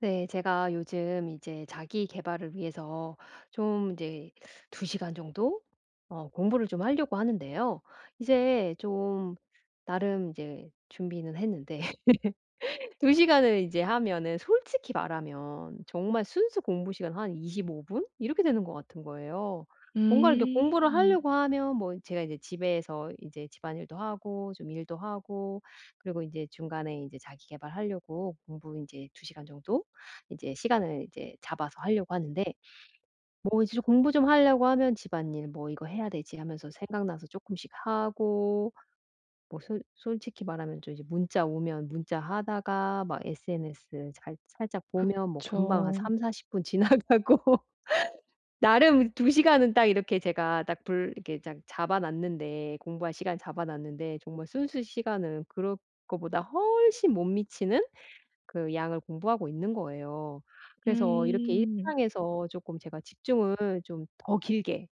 네. 제가 요즘 이제 자기 개발을 위해서 좀 이제 2 시간 정도 공부를 좀 하려고 하는데요. 이제 좀 나름 이제 준비는 했는데 두 시간을 이제 하면은 솔직히 말하면 정말 순수 공부 시간 한 25분 이렇게 되는 것 같은 거예요. 뭔가 이렇게 공부를 음. 하려고 하면 뭐 제가 이제 집에서 이제 집안일도 하고 좀 일도 하고 그리고 이제 중간에 이제 자기 개발하려고 공부 이제 두 시간 정도 이제 시간을 이제 잡아서 하려고 하는데 뭐 이제 공부 좀 하려고 하면 집안일 뭐 '이거 해야 되지.' 하면서 생각나서 조금씩 하고 뭐 솔 솔직히 말하면 좀 이제 문자 오면 문자하다가 막 SNS 잘 살짝 보면 뭐 금방 한 저. 3사4 0분 지나가고 나름 두 시간은 딱 이렇게 제가 딱 불 이렇게 딱 잡아 놨는데 공부할 시간 잡아 놨는데 정말 순수 시간은 그럴 거보다 훨씬 못 미치는 그 양을 공부하고 있는 거예요. 그래서 이렇게 음. 일상에서 조금 제가 집중을 좀 더 길게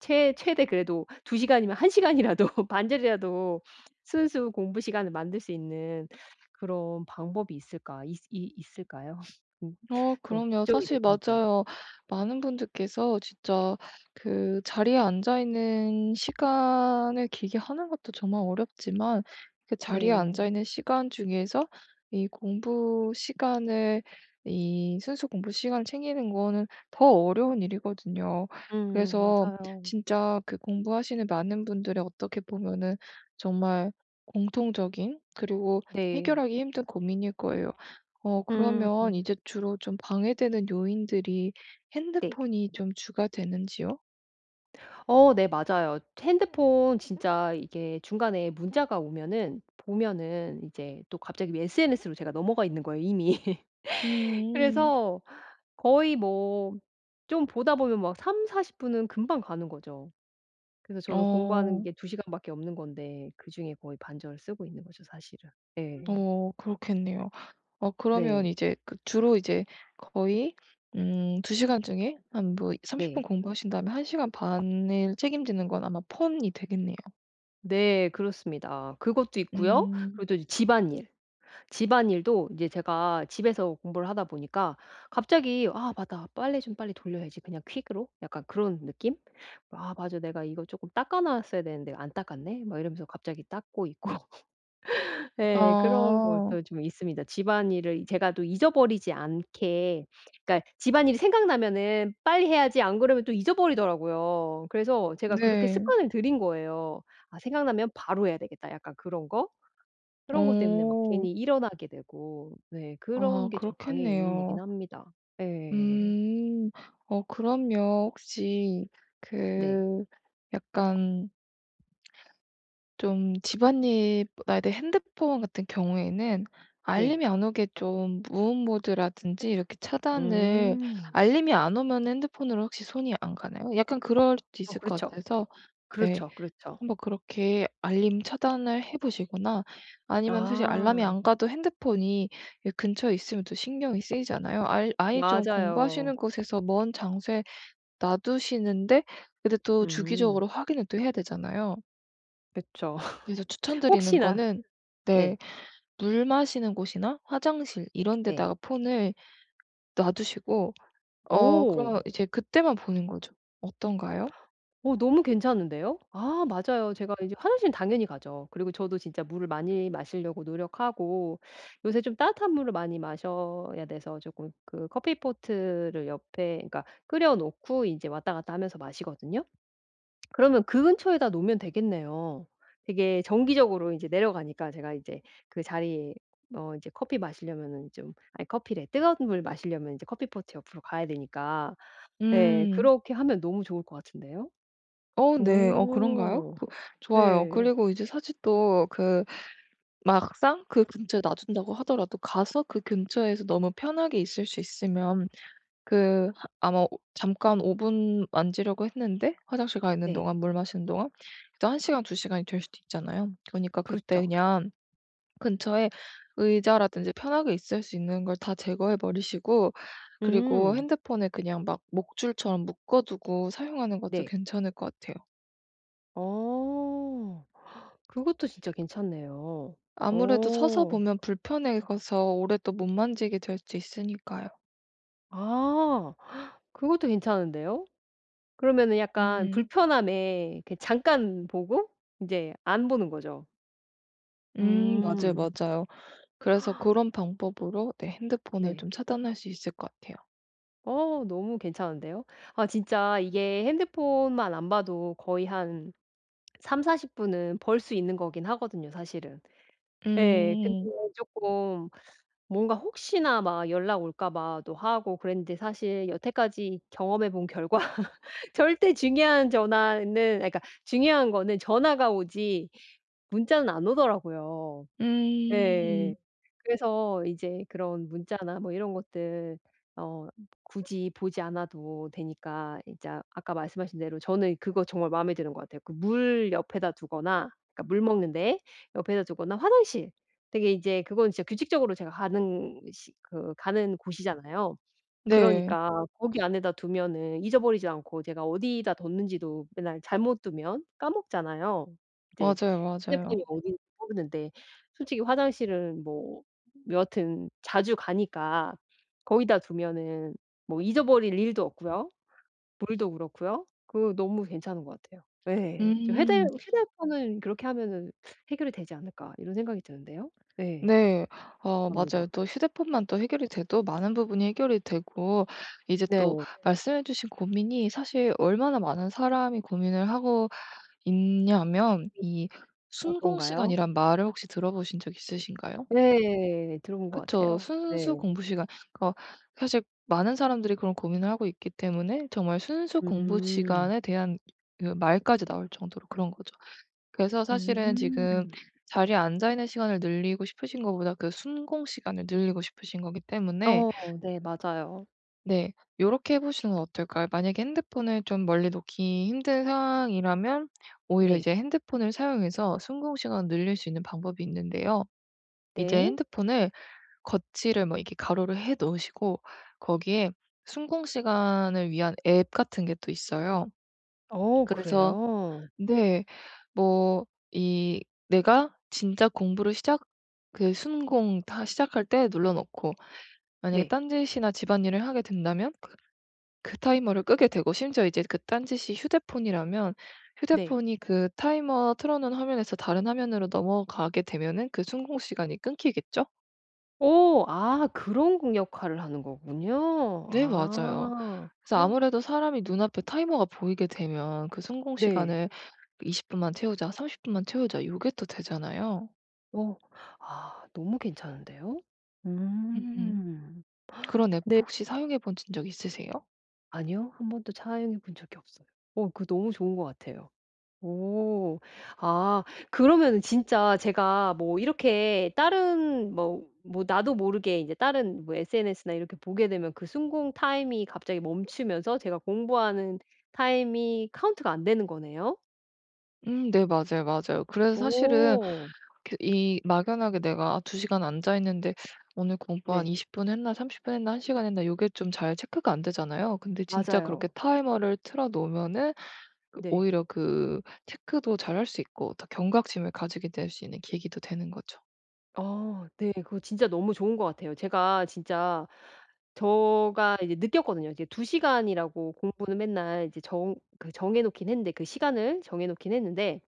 최 최대 그래도 두 시간이면 한 시간이라도 반절이라도 순수 공부 시간을 만들 수 있는 그런 방법이 있을까? 있 이 있을까요? 음 좀 그럼요. 걱정이 사실 됩니다. 맞아요. 많은 분들께서 진짜 그 자리에 앉아 있는 시간을 길게 하는 것도 정말 어렵지만, 그 자리에 네. 앉아 있는 시간 중에서 이 공부 시간을 이 순수 공부 시간을 챙기는 거는 더 어려운 일이거든요. 그래서 맞아요. 진짜 그 공부하시는 많은 분들의 어떻게 보면은 정말 공통적인, 그리고 네. 해결하기 힘든 고민일 거예요. 그러면 음. 이제 주로 좀 방해되는 요인들이 네. 핸드폰이 좀 주가 되는지요? 네 맞아요. 핸드폰 진짜 이게 중간에 문자가 오면은 보면은 이제 또 갑자기 SNS로 제가 넘어가 있는 거예요 이미. 음. 그래서 거의 뭐 좀 보다 보면 막3사4 0 분은 금방 가는 거죠. 그래서 저는 공부하는 어. 게 2 시간밖에 없는 건데 그중에 거의 반절을 쓰고 있는 거죠 사실은. 네, 그렇겠네요. 그러면 네. 이제 그 주로 이제 거의, 두 시간 중에 한 뭐 30분 네. 공부하신 다음에 한 시간 반을 책임지는 건 아마 폰이 되겠네요. 네 그렇습니다. 그것도 있고요. 음. 그리고 또 이제 집안일. 집안일도 이제 제가 집에서 공부를 하다 보니까 갑자기 '아 맞다. 빨래 좀 빨리 돌려야지 그냥 퀵으로.' 약간 그런 느낌? '아 맞아. 내가 이거 쪼끔 닦아 놨어야 되는데 안 닦았네.' 막 이러면서 갑자기 닦고 있고. 예. 그런 아. 것도 좀 있습니다. 집안일을 제가 또 잊어버리지 않게 그러니까 집안일이 생각나면은 빨리 해야지 안 그러면 또 잊어버리더라고요. 그래서 제가 그렇게 네. 습관을 들인 거예요. '아 생각나면 바로 해야 되겠다.' 약간 그런 거? 그런 것 때문에 막 어. 괜히 일어나게 되고 네 그런 아 게 좀 방해 요인이긴 그렇겠네요. 합니다. 예. 음. 그럼요. 혹시 네. 그 약간 좀 집안일보다 이제 핸드폰 같은 경우에는 네. 알림이 안 오게 좀 무음 모드라든지 이렇게 차단을, 음. 알림이 안 오면 핸드폰으로 혹시 손이 안 가나요? 약간 그럴 수도 어 있을 것 그렇죠. 같아서, 네, 그렇죠, 그렇죠. 한번 그렇게 알림 차단을 해 보시거나 아니면 사실 알람이 아 안 가도 핸드폰이 이 근처에 있으면 또 신경이 쓰이잖아요. 알 아예 좀 맞아요. 공부하시는 곳에서 먼 장소에 놔두시는데, 근데 또 음. 주기적으로 확인을 또 해야 되잖아요. 그쵸. 그래서 추천드리는 혹시나 거는, 네, 예. 물 마시는 곳이나 화장실 이런 네. 데다가 폰을 놔두시고 오. 그러면 이제 그때만 보는 거죠. 어떤가요? 어 너무 괜찮은데요? 아 맞아요. 제가 이제 화장실은 당연히 가죠. 그리고 저도 진짜 물을 많이 마시려고 노력하고 요새 좀 따뜻한 물을 많이 마셔야 돼서 조금 그 커피포트를 옆에 그러니까 끓여 놓고 인제 왔다 갔다 하면서 마시거든요. 그러면 그 근처에다 놓으면 되겠네요. 되게 정기적으로 인제 내려가니까 제가 이제 그 자리에 이제 커피 마시려면은 좀 아니 커피래. 뜨거운 물 마시려면 이제 커피포트 옆으로 가야 되니까 예. 음. 그렇게 하면 너무 좋을 것 같은데요. 네. 그런가요? 오. 그 좋아요. 예. 그리고 이제 사실 또 그 막상 그 근처에 놔둔다고 하더라도 가서 그 근처에서 너무 편하게 있을 수 있으면 그 하 아마 오 잠깐 5분 만지려고 했는데 화장실 가 있는 네. 동안, 물 마시는 동안 그래도 1 시간, 2 시간이 될 수도 있잖아요. 그러니까 그때 그렇죠. 그냥 근처에 의자라든지 편하게 있을 수 있는 걸 다 제거해 버리시고 그리고 음. 핸드폰을 그냥 막 목줄처럼 묶어 두고 사용하는 것도 네. 괜찮을 것 같아요. 어. 그것도 진짜 괜찮네요. 아무래도 서서 어. 보면 불편해서 오래 또 못 만지게 될 수 있으니까요. 아. 그것도 괜찮은데요. 그러면은 약간 음. 불편함에 그 잠깐 보고 인제 안 보는 거죠. 맞아요, 음. 맞아요. 그래서 그런 방법으로, 네, 핸드폰을 네. 좀 차단할 수 있을 것 같아요. 어 너무 괜찮은데요. 아 진짜 이게 핸드폰만 안 봐도 거의 한3사4 0 분은 벌 수 있는 거긴 하거든요 사실은. 예. 근데 음. 쪼끔 뭔가 혹시나 막 연락 올까 봐도 하고 그랬는데 사실 여태까지 경험해 본 결과 절대 중요한 전화는 아 그러니까 중요한 거는 전화가 오지 문자는 안 오더라고요. 예. 음. 그래서 이제 그런 문자나 뭐 이런 것들 어 굳이 보지 않아도 되니까 이제 아까 말씀하신 대로 저는 그거 정말 마음에 드는 것 같아요. 그 물 옆에다 두거나 그러니까 물 먹는 데 옆에다 두거나 화장실 되게 이제 그건 진짜 규칙적으로 제가 가는 시 그 가는 곳이잖아요. 네. 그러니까 거기 안에다 두면은 잊어버리지 않고 제가 어디다 뒀는지도 맨날 잘못 두면 까먹잖아요. 이제 맞아요, 휴대폰이 맞아요. 어딘지 모르는데 솔직히 화장실은 뭐 여하튼 자주 가니까 거기다 두면은 뭐 잊어버릴 일도 없고요. 물도 그렇고요. 그 너무 괜찮은 것 같아요. 예. 저 음. 휴대폰은 그렇게 하면은 '해결이 되지 않을까.' 이런 생각이 드는데요. 네. 네. 맞아요. 감사합니다. 또 휴대폰만 또 해결이 돼도 많은 부분이 해결이 되고, 이제 또 네. 말씀해 주신 고민이 사실 얼마나 많은 사람이 고민을 하고 있냐면, 이 아 순공 그런가요? 시간이란 말을 혹시 들어보신 적 있으신가요? 네. 들어본 것 그쵸. 같아요. 순수 네. 공부 시간. 그러니까 사실 많은 사람들이 그런 고민을 하고 있기 때문에 정말 순수 공부 음. 시간에 대한 그 말까지 나올 정도로 그런 거죠. 그래서 사실은 지금 음. 자리에 앉아 있는 시간을 늘리고 싶으신 것보다 그 순공 시간을 늘리고 싶으신 거기 때문에, 어 네 맞아요. 네, 요렇게 해 보시는 건 어떨까요? 만약에 핸드폰을 좀 멀리 놓기 힘든 상황이라면 오히려 네. 이제 핸드폰을 사용해서 순공 시간을 늘릴 수 있는 방법이 있는데요. 이제 네. 핸드폰을, 거치를 뭐 이렇게 가로로 해 놓으시고 거기에 순공 시간을 위한 앱 같은 게 또 있어요. 어 그래서 그래요? 네. 뭐 이 내가 진짜 공부를 시작 그 순공 다 시작할 때 눌러 놓고 만약에 네. 딴짓이나 집안일을 하게 된다면 그 타이머를 끄게 되고, 심지어 이제 그 딴짓이 휴대폰이라면 네. 휴대폰이 그 타이머 틀어 놓은 화면에서 다른 화면으로 넘어가게 되면은 그 순공 시간이 끊기겠죠? 오, 아 그런 공 역할을 하는 거군요. 네 맞아요. 아 그래서 아무래도 사람이 눈앞에 타이머가 보이게 되면 그 성공 네. 시간을 20 분만 채우자, 30 분만 채우자 요게 또 되잖아요. 어 아 너무 괜찮은데요? 음 음. 그런 앱 네. 혹시 사용해 보신 적 있으세요? 아니요. 한 번도 사용해 본 적이 없어요. 어 그거 너무 좋은 것 같아요. 오. 아 그러면은 진짜 제가 뭐 이렇게 다른 뭐 뭐 나도 모르게 이제 다른 뭐 SNS나 이렇게 보게 되면 그 순공 타임이 갑자기 멈추면서 제가 공부하는 타임이 카운트가 안 되는 거네요? 네. 맞아요, 맞아요. 그래서 사실은 오 그 이 막연하게 내가 '아 2 시간 앉아 있는데 오늘 공부 한 네. 20분 했나, 30분 했나, 1 시간 했나.' 요게 좀 잘 체크가 안 되잖아요. 근데 진짜 그렇게 맞아요. 타이머를 틀어 놓으면은 그 네. 오히려 그 체크도 잘할 수 있고 더 경각심을 가지게 될 수 있는 계기도 되는 거죠. 네. 그거 진짜 너무 좋은 것 같아요. 제가 진짜 제가 이제 느꼈거든요. 이제 두 시간이라고 공부는 맨날 이제 정 그 정해 놓긴 했는데 그 시간을 정해 놓긴 했는데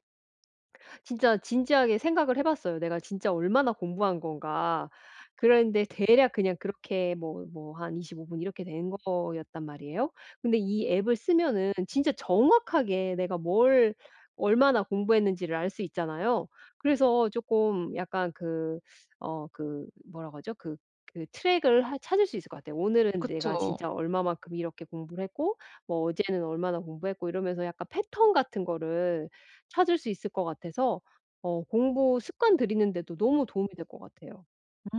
진짜 진지하게 생각을 해 봤어요. '내가 진짜 얼마나 공부한 건가.' 그런데 대략 그냥 그렇게 뭐 뭐 한 25분 이렇게 된 거였단 말이에요. 근데 이 앱을 쓰면은 진짜 정확하게 내가 뭘 얼마나 공부했는지를 알 수 있잖아요. 그래서 조금 약간 그 어 그 뭐라고 하죠? 그 그 트랙을 하 찾을 수 있을 것 같아요. 오늘은 내가 그쵸. 진짜 얼마만큼 이렇게 공부를 했고 뭐 어제는 얼마나 공부했고 이러면서 약간 패턴 같은 거를 찾을 수 있을 것 같아서 공부 습관 들이는 데도 너무 도움이 될 것 같아요.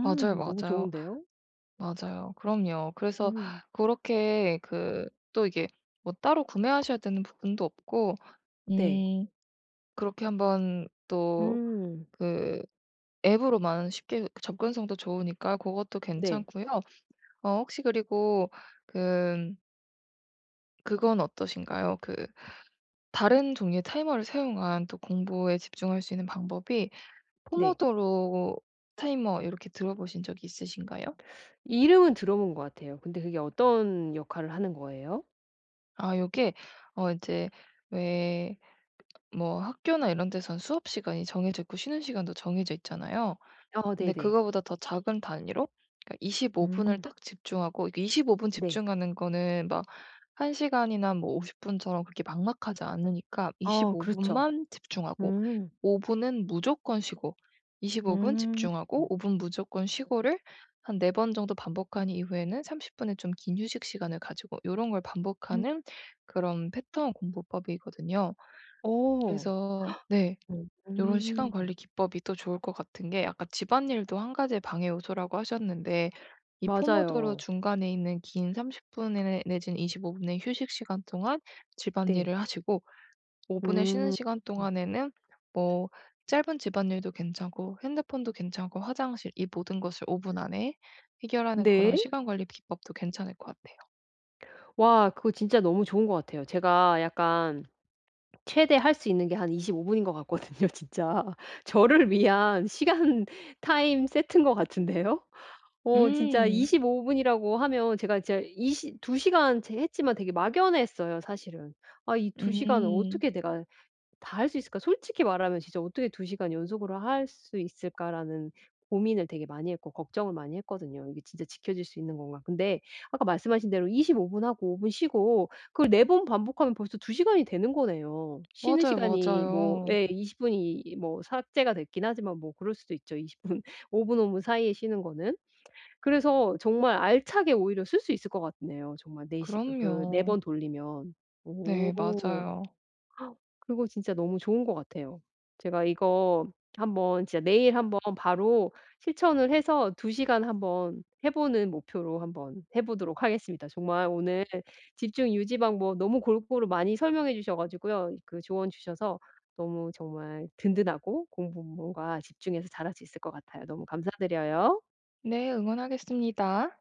맞아요, 너무 맞아요. 좋은데요? 맞아요. 그럼요. 그래서 음. 그렇게 그 또 이게 뭐 따로 구매하셔야 되는 부분도 없고, 네. 음 그렇게 한번 또 음. 그 앱으로만 쉽게 그 접근성도 좋으니까 그것도 네. 괜찮고요. 혹시 그리고 그 그건 어떠신가요? 그 다른 종류의 타이머를 사용한 또 공부에 집중할 수 있는 방법이, 네. 포모도로 타이머 이렇게 들어보신 적이 있으신가요? 이름은 들어본 것 같아요. 근데 그게 어떤 역할을 하는 거예요? 아 요게 이제 왜 뭐 학교나 이런 데선 수업 시간이 정해져 있고 쉬는 시간도 정해져 있잖아요. 어 근데 네네. 그거보다 더 작은 단위로, 그러니까 25 분을 음. 딱 집중하고, 이게 25분 네. 집중하는 거는 막 1 시간이나 뭐 50 분처럼 그렇게 막막하지 않으니까 어 25 그렇죠. 분만 집중하고 음. 5 분은 무조건 쉬고, 25분 음. 집중하고 5분 무조건 쉬고를 한 4번 정도 반복한 이후에는 30 분의 좀 긴 휴식 시간을 가지고, 이런 걸 음. 반복하는 그런 패턴 공부법이거든요. 오, 그래서 네. 이런 시간 음. 관리 기법이 또 좋을 것 같은 게, 아까 집안일도 한 가지의 방해 요소라고 하셨는데 이 포모도로 맞아요. 중간에 있는 긴 30분 내지는 25 분의 휴식 시간 동안 네. 집안일을 하시고, 5 분의 쉬는 음. 시간 동안에는 뭐 짧은 집안일도 괜찮고 핸드폰도 괜찮고 화장실, 이 모든 것을 5분 안에 해결하는 그런 네. 시간 관리 기법도 괜찮을 것 같아요. 와 그거 진짜 너무 좋은 것 같아요. 제가 약간 최대 할 수 있는 게 한 25 분인 것 같거든요 진짜. 저를 위한 시간 타임 세트인 것 같은데요. 어 진짜 음. 25 분이라고 하면 제가 진짜 이시 2 시간 제 했지만 되게 막연했어요 사실은. '아 이 2 시간을 음. 어떻게 내가' 다 할 수 있을까? 솔직히 말하면 진짜 '어떻게 2 시간 연속으로 할 수 있을까?'라는 고민을 되게 많이 했고 걱정을 많이 했거든요. '이게 진짜 지켜질 수 있는 건가?' 근데 아까 말씀하신 대로 25분 하고 5분 쉬고 그걸 4번 반복하면 벌써 2 시간이 되는 거네요. 쉬는 맞아요, 시간이 뭐 맞아요. 예 20 분이 뭐 삭제가 됐긴 하지만 뭐 그럴 수도 있죠. 20분 5 분, 5분 사이에 쉬는 거는. 그래서 정말 알차게 오히려 쓸 수 있을 것 같네요 정말 4 시간 그네 그럼요. 번 돌리면. 네 오. 맞아요. 그거 진짜 너무 좋은 것 같아요. 제가 이거 한번 진짜 내일 한번 바로 실천을 해서 두 시간 한번 해 보는 목표로 한번 해 보도록 하겠습니다. 정말 오늘 집중 유지 방법 너무 골고루 많이 설명해 주셔 가지고요. 그 조언 주셔서 너무 정말 든든하고 공부 뭔가 집중해서 잘할 수 있을 것 같아요. 너무 감사드려요. 네, 응원하겠습니다.